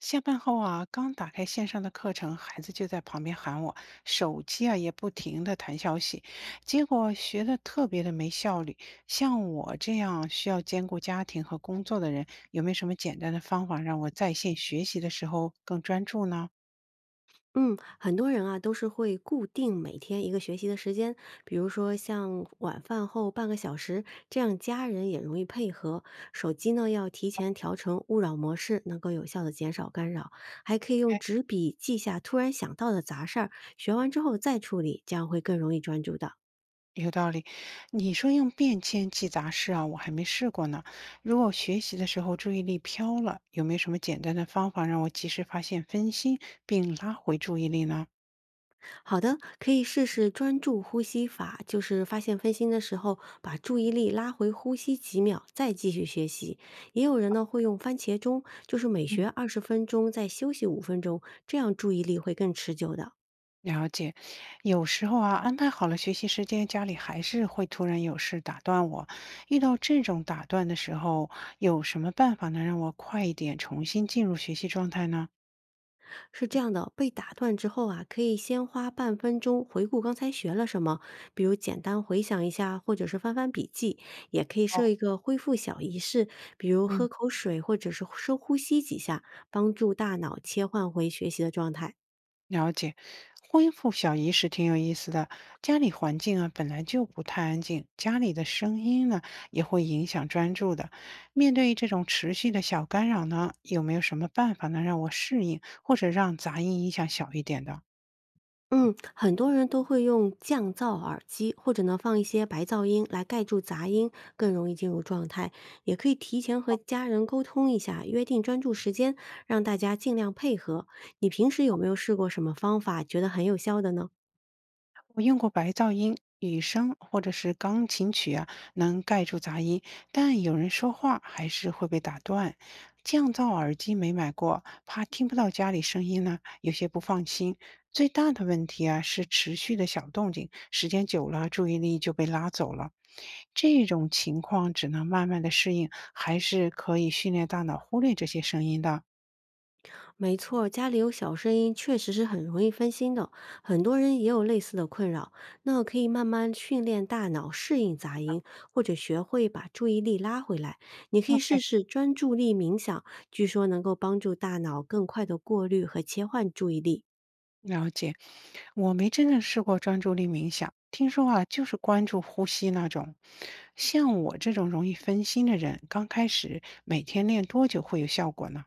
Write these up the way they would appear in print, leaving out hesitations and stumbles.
下班后啊，刚打开线上的课程，孩子就在旁边喊我，手机啊也不停的弹消息，结果学的特别的没效率。像我这样需要兼顾家庭和工作的人，有没有什么简单的方法让我在线学习的时候更专注呢？嗯，很多人啊都是会固定每天一个学习的时间，比如说像晚饭后半个小时，这样家人也容易配合。手机呢要提前调成勿扰模式，能够有效的减少干扰。还可以用哎，纸笔记下突然想到的杂事儿，学完之后再处理，这样会更容易专注的。有道理。你说用便签记杂事啊，我还没试过呢。如果学习的时候注意力飘了，有没有什么简单的方法让我及时发现分心并拉回注意力呢？好的，可以试试专注呼吸法，就是发现分心的时候，把注意力拉回呼吸几秒，再继续学习。也有人呢会用番茄钟，就是每学20分钟再休息5分钟，这样注意力会更持久的。了解，有时候啊，安排好了学习时间，家里还是会突然有事打断我。遇到这种打断的时候，有什么办法能让我快一点重新进入学习状态呢？是这样的，被打断之后啊，可以先花半分钟回顾刚才学了什么，比如简单回想一下，或者是翻翻笔记，也可以哦，设一个恢复小仪式，比如喝嗯，口水或者是深呼吸几下，帮助大脑切换回学习的状态。了解。恢复小仪式挺有意思的。家里环境啊本来就不太安静，家里的声音呢也会影响专注的。面对这种持续的小干扰呢，有没有什么办法能让我适应，或者让杂音影响小一点的？嗯，很多人都会用降噪耳机，或者呢放一些白噪音来盖住杂音，更容易进入状态。也可以提前和家人沟通一下，约定专注时间，让大家尽量配合。你平时有没有试过什么方法，觉得很有效的呢？我用过白噪音、雨声或者是钢琴曲啊，能盖住杂音，但有人说话还是会被打断。降噪耳机没买过，怕听不到家里声音呢，有些不放心。最大的问题啊是持续的小动静，时间久了注意力就被拉走了。这种情况只能慢慢的适应，还是可以训练大脑忽略这些声音的。没错，家里有小声音确实是很容易分心的，很多人也有类似的困扰。那可以慢慢训练大脑适应杂音，或者学会把注意力拉回来。你可以 OK，试试专注力冥想，据说能够帮助大脑更快的过滤和切换注意力。了解，我没真正试过专注力冥想，听说啊，就是关注呼吸那种。像我这种容易分心的人，刚开始每天练多久会有效果呢？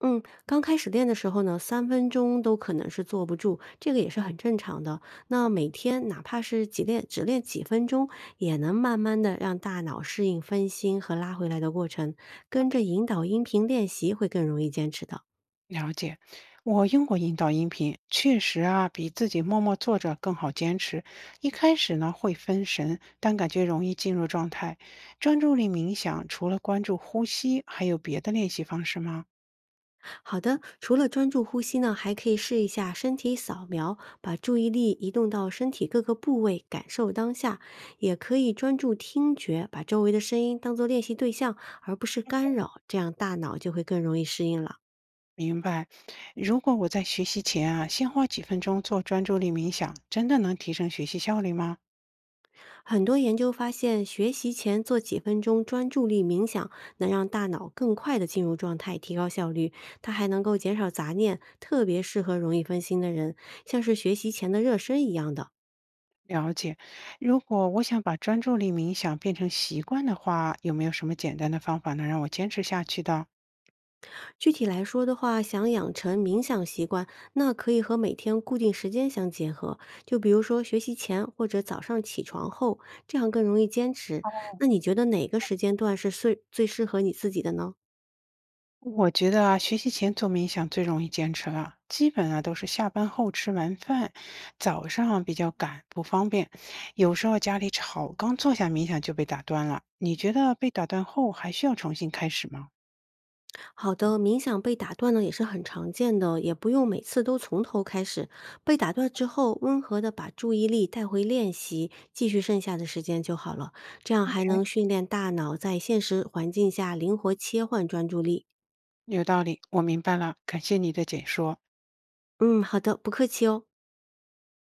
嗯，刚开始练的时候呢，3分钟都可能是坐不住，这个也是很正常的。那每天哪怕是只练几分钟，也能慢慢的让大脑适应分心和拉回来的过程，跟 OK，着引导音频练习会更容易坚持的。了解，我用过引导音频，确实啊，比自己默默坐着更好坚持。一开始呢会分神，但感觉容易进入状态。专注力冥想除了关注呼吸，还有别的练习方式吗？好的，除了专注呼吸呢，还可以试一下身体扫描，把注意力移动到身体各个部位，感受当下。也可以专注听觉，把周围的声音当做练习对象，而不是干扰，这样大脑就会更容易适应了。明白，如果我在学习前啊，先花几分钟做专注力冥想，真的能提升学习效率吗？很多研究发现，学习前做几分钟专注力冥想，能让大脑更快的进入状态，提高效率。它还能够减少杂念，特别适合容易分心的人，像是学习前的热身一样的。了解，如果我想把专注力冥想变成习惯的话，有没有什么简单的方法能让我坚持下去的？具体来说的话，想养成冥想习惯，那可以和每天固定时间相结合，就比如说学习前或者早上起床后，这样更容易坚持。那你觉得哪个时间段是最适合你自己的呢？我觉得啊，学习前做冥想最容易坚持了，基本啊都是下班后吃完饭，早上比较赶不方便，有时候家里吵，刚坐下冥想就被打断了。你觉得被打断后还需要重新开始吗？好的，冥想被打断呢也是很常见的，也不用每次都从头开始。被打断之后，温和的把注意力带回练习，继续剩下的时间就好了。这样还能训练大脑在现实环境下灵活切换专注力。有道理，我明白了，感谢你的解说。嗯，好的，不客气哦。